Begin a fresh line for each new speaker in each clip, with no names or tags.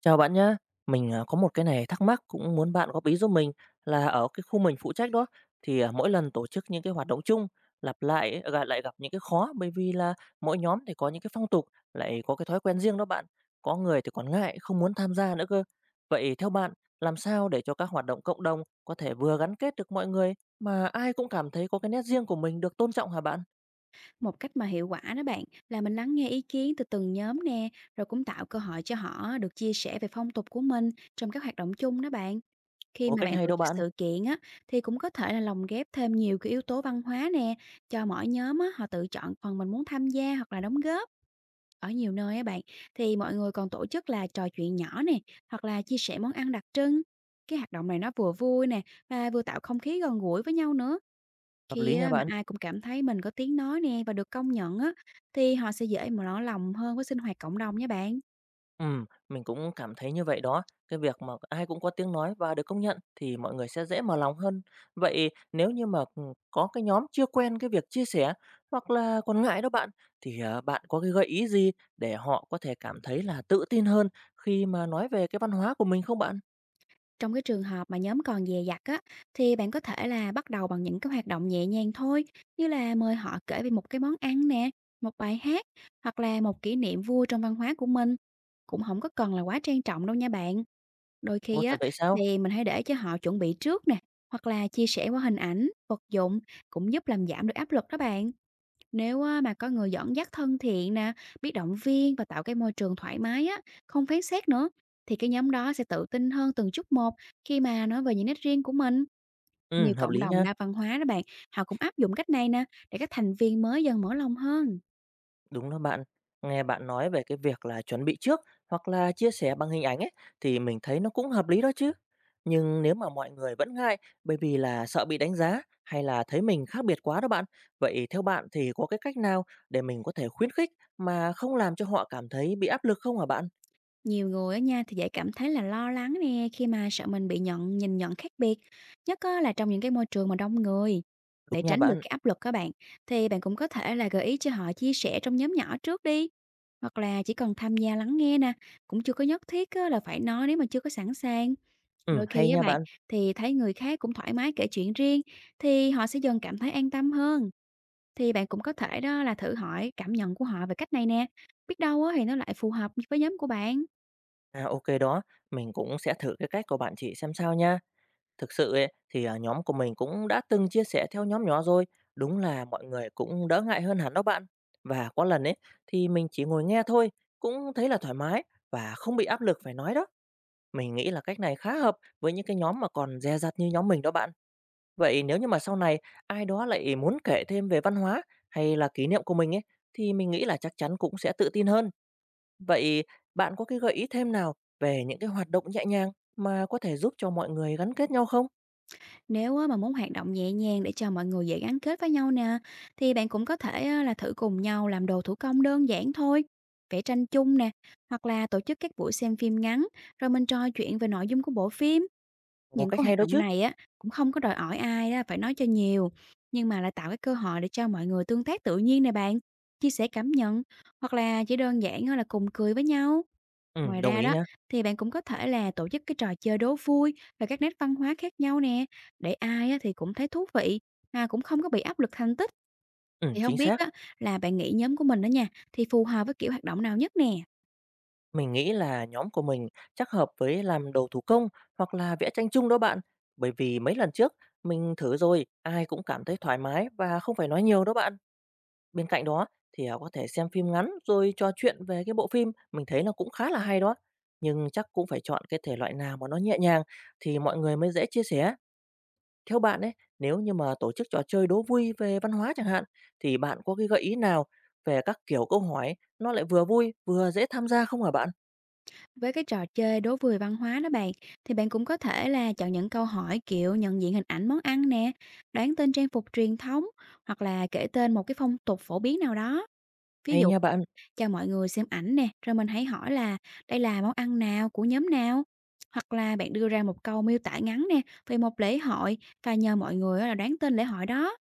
Chào bạn nhé, mình có một cái này thắc mắc cũng muốn bạn góp ý giúp mình là ở cái khu mình phụ trách đó thì mỗi lần tổ chức những cái hoạt động chung lặp lại ấy, lại gặp những cái khó bởi vì là mỗi nhóm thì có những cái phong tục lại có cái thói quen riêng đó bạn. Có người thì còn ngại không muốn tham gia nữa cơ. Vậy theo bạn làm sao để cho các hoạt động cộng đồng có thể vừa gắn kết được mọi người mà ai cũng cảm thấy có cái nét riêng của mình được tôn trọng hả bạn?
Một cách mà hiệu quả đó bạn là mình lắng nghe ý kiến từ từng nhóm nè, rồi cũng tạo cơ hội cho họ được chia sẻ về phong tục của mình trong các hoạt động chung đó bạn. Khi
Có
mà
cách
bạn
hay
tổ
đâu
chức
bạn,
sự kiện á thì cũng có thể là lồng ghép thêm nhiều cái yếu tố văn hóa nè, cho mỗi nhóm á họ tự chọn phần mình muốn tham gia hoặc là đóng góp. Ở nhiều nơi á bạn thì mọi người còn tổ chức là trò chuyện nhỏ nè, hoặc là chia sẻ món ăn đặc trưng. Cái hoạt động này nó vừa vui nè và vừa tạo không khí gần gũi với nhau nữa.
hợp
Khi
lý nha
á mà
bạn.
ai cũng cảm thấy mình có tiếng nói nè và được công nhận á, thì họ sẽ dễ mà mở lòng hơn với sinh hoạt cộng đồng nha bạn.
Mình cũng cảm thấy như vậy đó. Cái việc mà ai cũng có tiếng nói và được công nhận thì mọi người sẽ dễ mở lòng hơn. Vậy nếu như mà có cái nhóm chưa quen cái việc chia sẻ hoặc là còn ngại đó bạn, thì bạn có cái gợi ý gì để họ có thể cảm thấy là tự tin hơn khi mà nói về cái văn hóa của mình không bạn?
Trong cái trường hợp mà nhóm còn dè dặt á, thì bạn có thể là bắt đầu bằng những cái hoạt động nhẹ nhàng thôi, như là mời họ kể về một cái món ăn nè, một bài hát, hoặc là một kỷ niệm vui trong văn hóa của mình. Cũng không có cần là quá trang trọng đâu nha bạn. Đôi
Ồ,
khi
thật
á,
vậy sao?
thì mình hãy để cho họ chuẩn bị trước nè, hoặc là chia sẻ qua hình ảnh, vật dụng cũng giúp làm giảm được áp lực đó bạn. Nếu á, mà có người dẫn dắt thân thiện nè, biết động viên và tạo cái môi trường thoải mái á, không phán xét nữa, thì cái nhóm đó sẽ tự tin hơn từng chút một khi mà nói về những nét riêng của mình. Nhiều
Ừ, hợp
cộng
lý
đồng
nha.
đa văn hóa đó bạn, họ cũng áp dụng cách này nè, để các thành viên mới dần mở lòng hơn.
Đúng đó bạn, nghe bạn nói về cái việc là chuẩn bị trước hoặc là chia sẻ bằng hình ảnh ấy thì mình thấy nó cũng hợp lý đó chứ. Nhưng nếu mà mọi người vẫn ngại bởi vì là sợ bị đánh giá hay là thấy mình khác biệt quá đó bạn, vậy theo bạn thì có cái cách nào để mình có thể khuyến khích mà không làm cho họ cảm thấy bị áp lực không hả bạn?
Nhiều người á nha thì dễ cảm thấy là lo lắng nè khi mà sợ mình bị nhìn nhận khác biệt, nhất á là trong những cái môi trường mà đông người.
Đúng
Để
nha
tránh được
bạn.
cái áp lực các bạn thì bạn cũng có thể là gợi ý cho họ chia sẻ trong nhóm nhỏ trước đi. Hoặc là chỉ cần tham gia lắng nghe nè, cũng chưa có nhất thiết á là phải nói nếu mà chưa có sẵn sàng.
Ừ,
Đôi khi
hay
với
nha
bạn
bạn.
thì thấy người khác cũng thoải mái kể chuyện riêng thì họ sẽ dần cảm thấy an tâm hơn. Thì bạn cũng có thể đó là thử hỏi cảm nhận của họ về cách này nè. Biết đâu á thì nó lại phù hợp với nhóm của bạn.
À ok đó, mình cũng sẽ thử cái cách của bạn chị xem sao nha. Thực sự ấy, thì, nhóm của mình cũng đã từng chia sẻ theo nhóm nhỏ rồi, đúng là mọi người cũng đỡ ngại hơn hẳn đó bạn. Và có lần ấy, thì mình chỉ ngồi nghe thôi, cũng thấy là thoải mái và không bị áp lực phải nói đó. Mình nghĩ là cách này khá hợp với những cái nhóm mà còn dè dặt như nhóm mình đó bạn. Vậy nếu như mà sau này ai đó lại muốn kể thêm về văn hóa hay là kỷ niệm của mình ấy, thì mình nghĩ là chắc chắn cũng sẽ tự tin hơn. Vậy bạn có cái gợi ý thêm nào về những cái hoạt động nhẹ nhàng mà có thể giúp cho mọi người gắn kết nhau không?
Nếu á, mà muốn hoạt động nhẹ nhàng để cho mọi người dễ gắn kết với nhau nè, thì bạn cũng có thể á, là thử cùng nhau làm đồ thủ công đơn giản thôi, vẽ tranh chung nè, hoặc là tổ chức các buổi xem phim ngắn, rồi mình trò chuyện về nội dung của bộ phim.
Ồ,
Những
cách
cái
hay
hoạt
đó
động
chứ.
này á cũng không có đòi hỏi ai á, phải nói cho nhiều, nhưng mà lại tạo cái cơ hội để cho mọi người tương tác tự nhiên nè bạn, chia sẻ cảm nhận, hoặc là chỉ đơn giản á, là cùng cười với nhau. Ngoài
Đồng
ra
ý
đó,
nhá.
thì bạn cũng có thể là tổ chức cái trò chơi đố vui và các nét văn hóa khác nhau nè, để ai á thì cũng thấy thú vị, mà cũng không có bị áp lực thành tích. Thì không
Chính
biết
xác.
á, là bạn nghĩ nhóm của mình đó nha, thì phù hợp với kiểu hoạt động nào nhất nè.
Mình nghĩ là nhóm của mình chắc hợp với làm đồ thủ công hoặc là vẽ tranh chung đó bạn. Bởi vì mấy lần trước mình thử rồi, ai cũng cảm thấy thoải mái và không phải nói nhiều đó bạn. Bên cạnh đó thì, có thể xem phim ngắn rồi trò chuyện về cái bộ phim, mình thấy nó cũng khá là hay đó. Nhưng chắc cũng phải chọn cái thể loại nào mà nó nhẹ nhàng thì mọi người mới dễ chia sẻ. Theo bạn ấy, nếu như mà tổ chức trò chơi đố vui về văn hóa chẳng hạn, thì bạn có cái gợi ý nào về các kiểu câu hỏi nó lại vừa vui vừa dễ tham gia không hả bạn?
Với cái trò chơi đố vui văn hóa đó bạn, thì bạn cũng có thể là chọn những câu hỏi kiểu nhận diện hình ảnh món ăn nè, đoán tên trang phục truyền thống, hoặc là kể tên một cái phong tục phổ biến nào đó. Ví
Hay
dụ
nha bạn,
cho mọi người xem ảnh nè, rồi mình hãy hỏi là đây là món ăn nào của nhóm nào. Hoặc là bạn đưa ra một câu miêu tả ngắn nè về một lễ hội và nhờ mọi người á là đoán tên lễ hội đó.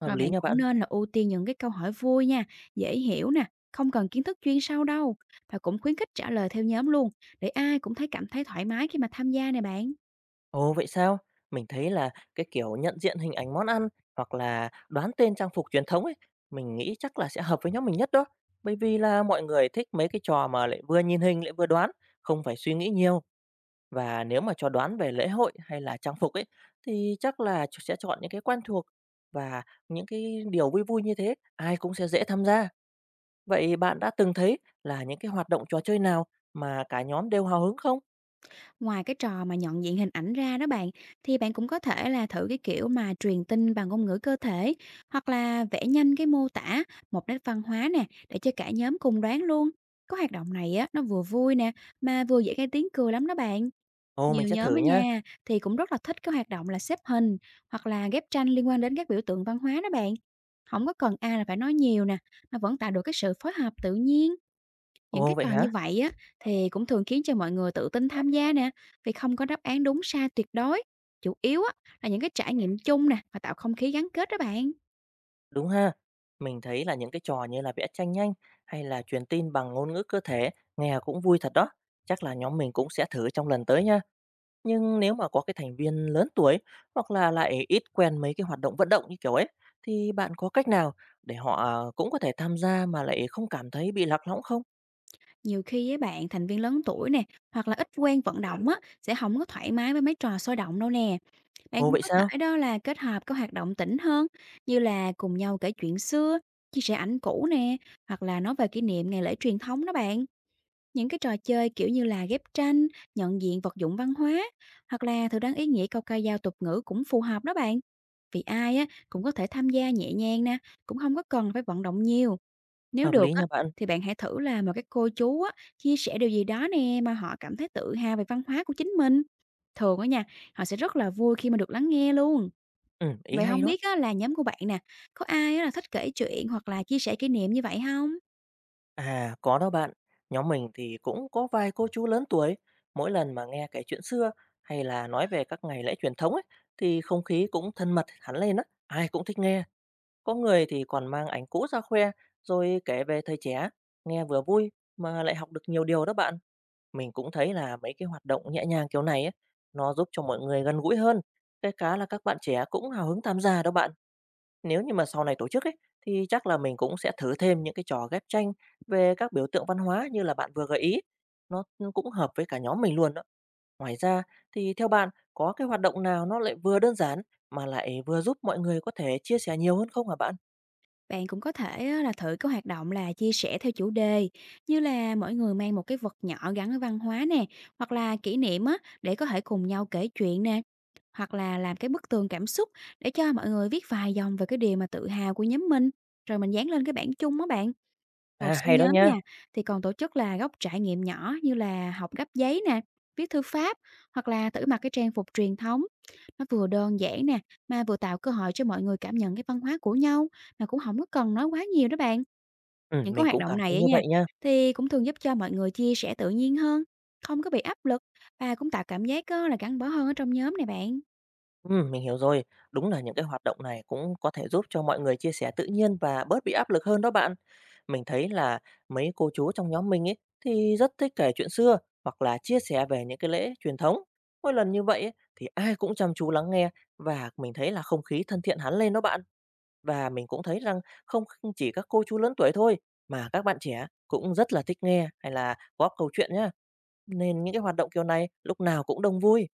hợp
Rồi
lý
bạn
nha bạn.
cũng nên là ưu tiên những cái câu hỏi vui nha, dễ hiểu nè, không cần kiến thức chuyên sâu đâu. Và cũng khuyến khích trả lời theo nhóm luôn để ai cũng cảm thấy thoải mái khi mà tham gia nè bạn.
Ồ vậy sao? Mình thấy là cái kiểu nhận diện hình ảnh món ăn hoặc là đoán tên trang phục truyền thống ấy, mình nghĩ chắc là sẽ hợp với nhóm mình nhất đó. Bởi vì là mọi người thích mấy cái trò mà lại vừa nhìn hình lại vừa đoán, không phải suy nghĩ nhiều. Và nếu mà cho đoán về lễ hội hay là trang phục ấy thì chắc là sẽ chọn những cái quen thuộc và những cái điều vui vui như thế ai cũng sẽ dễ tham gia. Vậy bạn đã từng thấy là những cái hoạt động trò chơi nào mà cả nhóm đều hào hứng không?
Ngoài cái trò mà nhận diện hình ảnh ra đó bạn, thì bạn cũng có thể là thử cái kiểu mà truyền tin bằng ngôn ngữ cơ thể hoặc là vẽ nhanh cái mô tả một nét văn hóa nè để cho cả nhóm cùng đoán luôn. Có hoạt động này á, nó vừa vui nè mà vừa dễ gây tiếng cười lắm đó bạn.
Ồ, mình
Nhiều
sẽ thử
nhóm ở
nha.
nhà thì cũng rất là thích cái hoạt động là xếp hình hoặc là ghép tranh liên quan đến các biểu tượng văn hóa đó bạn. Không có cần ai là phải nói nhiều nè, mà vẫn tạo được cái sự phối hợp tự nhiên. Những
Ồ,
cái
vậy
trò
hả?
như vậy á, thì cũng thường khiến cho mọi người tự tin tham gia nè, vì không có đáp án đúng sai tuyệt đối. Chủ yếu á, là những cái trải nghiệm chung nè và tạo không khí gắn kết đó bạn.
Đúng ha. Mình thấy là những cái trò như là vẽ tranh nhanh hay là truyền tin bằng ngôn ngữ cơ thể nghe cũng vui thật đó. Chắc là nhóm mình cũng sẽ thử trong lần tới nha. Nhưng nếu mà có cái thành viên lớn tuổi hoặc là lại ít quen mấy cái hoạt động vận động như kiểu ấy, thì bạn có cách nào để họ cũng có thể tham gia mà lại không cảm thấy bị lạc lõng không?
Nhiều khi á bạn, thành viên lớn tuổi nè, hoặc là ít quen vận động á, sẽ không có thoải mái với mấy trò sôi động đâu nè. Bạn
Ồ
cũng
vậy
có
sao?
thể đó là kết hợp các hoạt động tĩnh hơn, như là cùng nhau kể chuyện xưa, chia sẻ ảnh cũ nè, hoặc là nói về kỷ niệm ngày lễ truyền thống đó bạn. Những cái trò chơi kiểu như là ghép tranh, nhận diện vật dụng văn hóa hoặc là thử đoán ý nghĩa câu ca dao tục ngữ cũng phù hợp đó bạn. Vì ai á cũng có thể tham gia nhẹ nhàng nè, cũng không có cần phải vận động nhiều. Nếu
Hợp
được
lý nha
á
bạn.
thì bạn hãy thử là một cái cô chú á chia sẻ điều gì đó nè mà họ cảm thấy tự hào về văn hóa của chính mình. Thường á nha, họ sẽ rất là vui khi mà được lắng nghe luôn.
Ừ, ý
Vậy
hay
không
đó.
biết á là nhóm của bạn nè, có ai á là thích kể chuyện hoặc là chia sẻ kỷ niệm như vậy không?
À, có đó bạn. Nhóm mình thì cũng có vài cô chú lớn tuổi. Mỗi lần mà nghe kể chuyện xưa hay là nói về các ngày lễ truyền thống ấy, thì không khí cũng thân mật hẳn lên á. Ai cũng thích nghe. Có người thì còn mang ảnh cũ ra khoe, rồi kể về thời trẻ, nghe vừa vui mà lại học được nhiều điều đó bạn. Mình cũng thấy là mấy cái hoạt động nhẹ nhàng kiểu này ấy, nó giúp cho mọi người gần gũi hơn. Cái cá là các bạn trẻ cũng hào hứng tham gia đó bạn. Nếu như mà sau này tổ chức ấy, thì chắc là mình cũng sẽ thử thêm những cái trò ghép tranh về các biểu tượng văn hóa như là bạn vừa gợi ý. Nó cũng hợp với cả nhóm mình luôn đó. Ngoài ra thì theo bạn có cái hoạt động nào nó lại vừa đơn giản mà lại vừa giúp mọi người có thể chia sẻ nhiều hơn không hả bạn?
Bạn cũng có thể á, là thử cái hoạt động là chia sẻ theo chủ đề, như là mỗi người mang một cái vật nhỏ gắn với văn hóa nè, hoặc là kỷ niệm á để có thể cùng nhau kể chuyện nè, hoặc là làm cái bức tường cảm xúc để cho mọi người viết vài dòng về cái điều mà tự hào của nhóm mình, rồi mình dán lên cái bảng chung á bạn.
À,
Một số
hay đó
nhóm
nhá.
nha, thì còn tổ chức là góc trải nghiệm nhỏ như là học gấp giấy nè, viết thư pháp hoặc là thử mặc cái trang phục truyền thống. Nó vừa đơn giản nè, mà vừa tạo cơ hội cho mọi người cảm nhận cái văn hóa của nhau mà cũng không có cần nói quá nhiều đó bạn. Những cái
Mình
hoạt
cũng
động
cảm
này
thấy
ấy
như
nha,
vậy nhá.
thì cũng thường giúp cho mọi người chia sẻ tự nhiên hơn, không có bị áp lực và cũng tạo cảm giác là gắn bó hơn ở trong nhóm này bạn.
Mình hiểu rồi. Đúng là những cái hoạt động này cũng có thể giúp cho mọi người chia sẻ tự nhiên và bớt bị áp lực hơn đó bạn. Mình thấy là mấy cô chú trong nhóm mình ấy thì rất thích kể chuyện xưa hoặc là chia sẻ về những cái lễ truyền thống. Mỗi lần như vậy ấy, thì ai cũng chăm chú lắng nghe và mình thấy là không khí thân thiện hẳn lên đó bạn. Và mình cũng thấy rằng không chỉ các cô chú lớn tuổi thôi mà các bạn trẻ cũng rất là thích nghe hay là góp câu chuyện nhá. Nên những cái hoạt động kiểu này lúc nào cũng đông vui.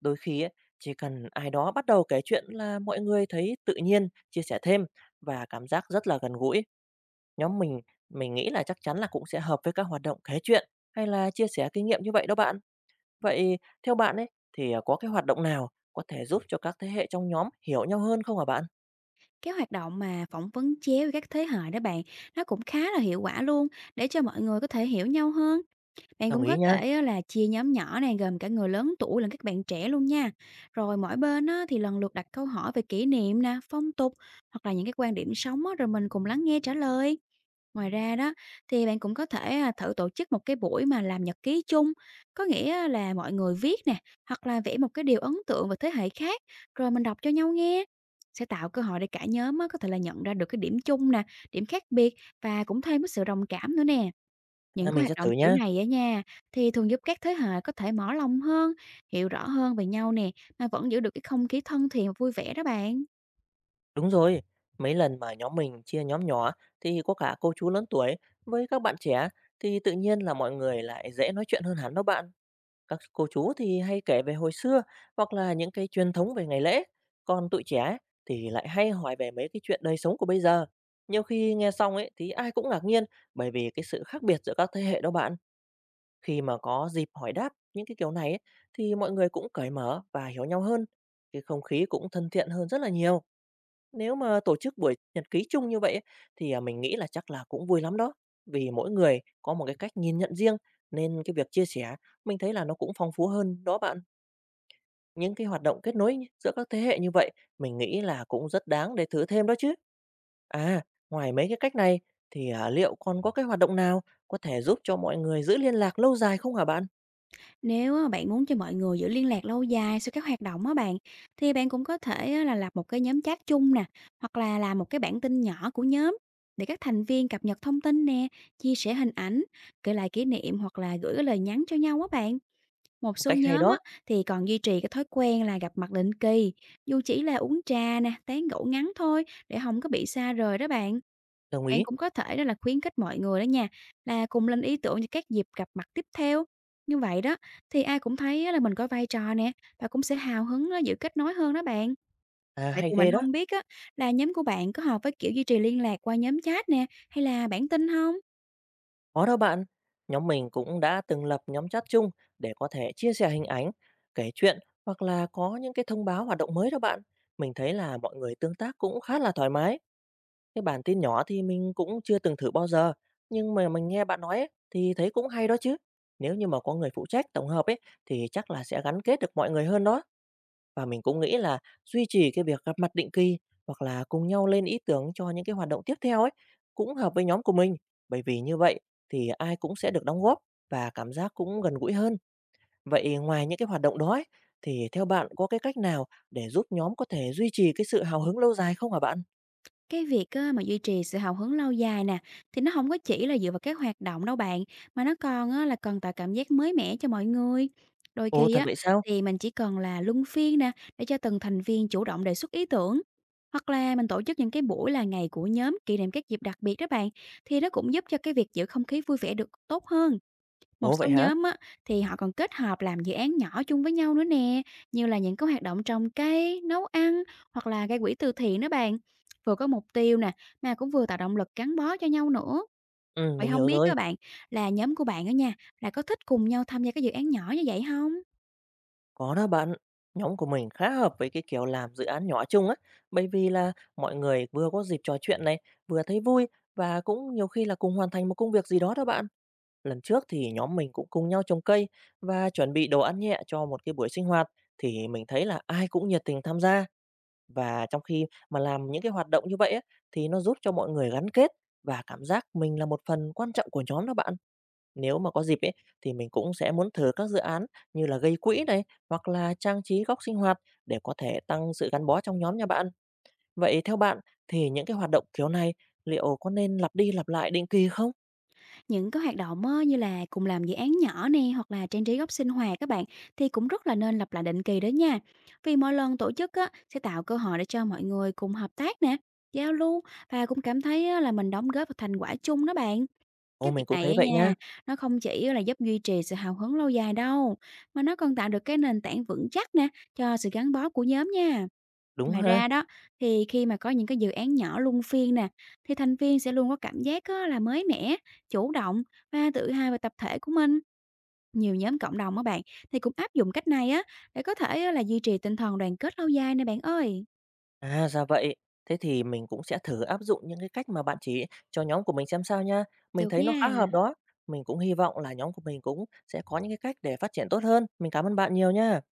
Đôi khi ấy, chỉ cần ai đó bắt đầu kể chuyện là mọi người thấy tự nhiên, chia sẻ thêm và cảm giác rất là gần gũi. Nhóm mình nghĩ là chắc chắn là cũng sẽ hợp với các hoạt động kể chuyện hay là chia sẻ kinh nghiệm như vậy đó bạn. Vậy theo bạn ấy thì có cái hoạt động nào có thể giúp cho các thế hệ trong nhóm hiểu nhau hơn không hả bạn?
Cái hoạt động mà phỏng vấn chéo với các thế hệ đó bạn, nó cũng khá là hiệu quả luôn để cho mọi người có thể hiểu nhau hơn. Bạn
Đồng
cũng
ý
có
nha.
thể á là chia nhóm nhỏ này, gồm cả người lớn tuổi lẫn các bạn trẻ luôn nha. Rồi mỗi bên á thì lần lượt đặt câu hỏi về kỷ niệm nè, phong tục hoặc là những cái quan điểm sống á, rồi mình cùng lắng nghe trả lời. Ngoài ra đó thì bạn cũng có thể thử tổ chức một cái buổi mà làm nhật ký chung, có nghĩa là mọi người viết nè, hoặc là vẽ một cái điều ấn tượng về thế hệ khác, rồi mình đọc cho nhau nghe. Sẽ tạo cơ hội để cả nhóm á, có thể là nhận ra được cái điểm chung nè, điểm khác biệt và cũng thêm cái sự đồng cảm nữa nè.
À,
Những cái
mình
hoạt
sẽ
động
thử
kiểu
nha.
này á nha, thì thường giúp các thế hệ có thể mở lòng hơn, hiểu rõ hơn về nhau nè, mà vẫn giữ được cái không khí thân thiện và vui vẻ đó bạn.
Đúng rồi. Mấy lần mà nhóm mình chia nhóm nhỏ thì có cả cô chú lớn tuổi với các bạn trẻ thì tự nhiên là mọi người lại dễ nói chuyện hơn hẳn đó bạn. Các cô chú thì hay kể về hồi xưa hoặc là những cái truyền thống về ngày lễ, còn tụi trẻ thì lại hay hỏi về mấy cái chuyện đời sống của bây giờ. Nhiều khi nghe xong ấy thì ai cũng ngạc nhiên bởi vì cái sự khác biệt giữa các thế hệ đó bạn. Khi mà có dịp hỏi đáp những cái kiểu này ấy, thì mọi người cũng cởi mở và hiểu nhau hơn. Cái không khí cũng thân thiện hơn rất là nhiều. Nếu mà tổ chức buổi nhật ký chung như vậy ấy, thì, mình nghĩ là chắc là cũng vui lắm đó, vì mỗi người có một cái cách nhìn nhận riêng, nên cái việc chia sẻ mình thấy là nó cũng phong phú hơn đó bạn. Những cái hoạt động kết nối giữa các thế hệ như vậy, mình nghĩ là cũng rất đáng để thử thêm đó chứ. À, ngoài mấy cái cách này thì, liệu còn có cái hoạt động nào có thể giúp cho mọi người giữ liên lạc lâu dài không hả bạn?
Nếu á, bạn muốn cho mọi người giữ liên lạc lâu dài sau các hoạt động á bạn, thì bạn cũng có thể á, là lập một cái nhóm chat chung nè, hoặc là làm một cái bản tin nhỏ của nhóm để các thành viên cập nhật thông tin nè, chia sẻ hình ảnh, kể lại kỷ niệm hoặc là gửi cái lời nhắn cho nhau á bạn. Một
Một
số
cách hay
nhóm
đó,
á, thì còn duy trì cái thói quen là gặp mặt định kỳ, dù chỉ là uống trà nè, tán gẫu ngắn thôi để không có bị xa rời đó bạn.
đồng
Bạn
ý,
cũng có thể đó là khuyến khích mọi người đó nha, là cùng lên ý tưởng cho các dịp gặp mặt tiếp theo. Như vậy đó, thì ai cũng thấy á là mình có vai trò nè, và cũng sẽ hào hứng á, giữ kết nối hơn đó bạn.
à,
Vậy
hay
thì mình
ghê đó.
không biết á, là nhóm của bạn có hợp với kiểu duy trì liên lạc qua nhóm chat nè, hay là bản tin không?
Có đó bạn, nhóm mình cũng đã từng lập nhóm chat chung để có thể chia sẻ hình ảnh, kể chuyện hoặc là có những cái thông báo hoạt động mới đó bạn. Mình thấy là mọi người tương tác cũng khá là thoải mái. Cái bản tin nhỏ thì mình cũng chưa từng thử bao giờ, nhưng mà mình nghe bạn nói ấy, thì thấy cũng hay đó chứ. Nếu như mà có người phụ trách tổng hợp ấy thì chắc là sẽ gắn kết được mọi người hơn đó. Và mình cũng nghĩ là duy trì cái việc gặp mặt định kỳ hoặc là cùng nhau lên ý tưởng cho những cái hoạt động tiếp theo ấy cũng hợp với nhóm của mình, bởi vì như vậy thì ai cũng sẽ được đóng góp và cảm giác cũng gần gũi hơn. Vậy ngoài những cái hoạt động đó ấy, thì theo bạn có cái cách nào để giúp nhóm có thể duy trì cái sự hào hứng lâu dài không hả bạn?
Cái việc á mà duy trì sự hào hứng lâu dài nè, thì nó không có chỉ là dựa vào cái hoạt động đâu bạn, mà nó còn á là cần tạo cảm giác mới mẻ cho mọi người. Đôi
Ồ,
khi
thật
á,
vậy sao?
thì mình chỉ cần là luân phiên nè, để cho từng thành viên chủ động đề xuất ý tưởng. Hoặc là mình tổ chức những cái buổi là ngày của nhóm, kỷ niệm các dịp đặc biệt đó bạn, thì nó cũng giúp cho cái việc giữ không khí vui vẻ được tốt hơn. Một
Ồ vậy
số
hả?
nhóm á, thì họ còn kết hợp làm dự án nhỏ chung với nhau nữa nè, như là những cái hoạt động trồng cây, nấu ăn hoặc là gây quỹ từ thiện đó bạn. Vừa có mục tiêu nè, mà cũng vừa tạo động lực gắn bó cho nhau nữa.
Ừ,
Vậy
mình
không
hiểu
biết
rồi.
các bạn là nhóm của bạn đó nha, là có thích cùng nhau tham gia các dự án nhỏ như vậy không?
Có đó bạn, nhóm của mình khá hợp với cái kiểu làm dự án nhỏ chung á, bởi vì là mọi người vừa có dịp trò chuyện này, vừa thấy vui và cũng nhiều khi là cùng hoàn thành một công việc gì đó đó bạn. Lần trước thì nhóm mình cũng cùng nhau trồng cây và chuẩn bị đồ ăn nhẹ cho một cái buổi sinh hoạt thì mình thấy là ai cũng nhiệt tình tham gia và trong khi mà làm những cái hoạt động như vậy á, thì nó giúp cho mọi người gắn kết và cảm giác mình là một phần quan trọng của nhóm đó bạn. Nếu mà có dịp ấy thì mình cũng sẽ muốn thử các dự án như là gây quỹ này hoặc là trang trí góc sinh hoạt để có thể tăng sự gắn bó trong nhóm nhà bạn. Vậy theo bạn thì những cái hoạt động kiểu này liệu có nên lặp đi lặp lại định kỳ không?
Những cái hoạt động á, như là cùng làm dự án nhỏ nè hoặc là trang trí góc sinh hoạt các bạn thì cũng rất là nên lặp lại định kỳ đó nha. Vì mỗi lần tổ chức á, sẽ tạo cơ hội để cho mọi người cùng hợp tác nè, giao lưu và cũng cảm thấy á, là mình đóng góp vào thành quả chung đó bạn.
Ồ
Cái việc
mình cũng
này
thấy
á
vậy
nha,
nha.
nó không chỉ là giúp duy trì sự hào hứng lâu dài đâu, mà nó còn tạo được cái nền tảng vững chắc nè cho sự gắn bó của nhóm nha.
Đúng
Ngoài
ha.
ra đó, thì khi mà có những cái dự án nhỏ luân phiên nè, thì thành viên sẽ luôn có cảm giác á, là mới mẻ, chủ động và tự hào về tập thể của mình. Nhiều nhóm cộng đồng á bạn thì cũng áp dụng cách này á để có thể á, là duy trì tinh thần đoàn kết lâu dài nè bạn ơi.
À ra vậy. Thế thì mình cũng sẽ thử áp dụng những cái cách mà bạn chỉ cho nhóm của mình xem sao nha. Mình
Được
thấy nó khá hợp
nha.
đó. Mình cũng hy vọng là nhóm của mình cũng sẽ có những cái cách để phát triển tốt hơn. Mình cảm ơn bạn nhiều nha.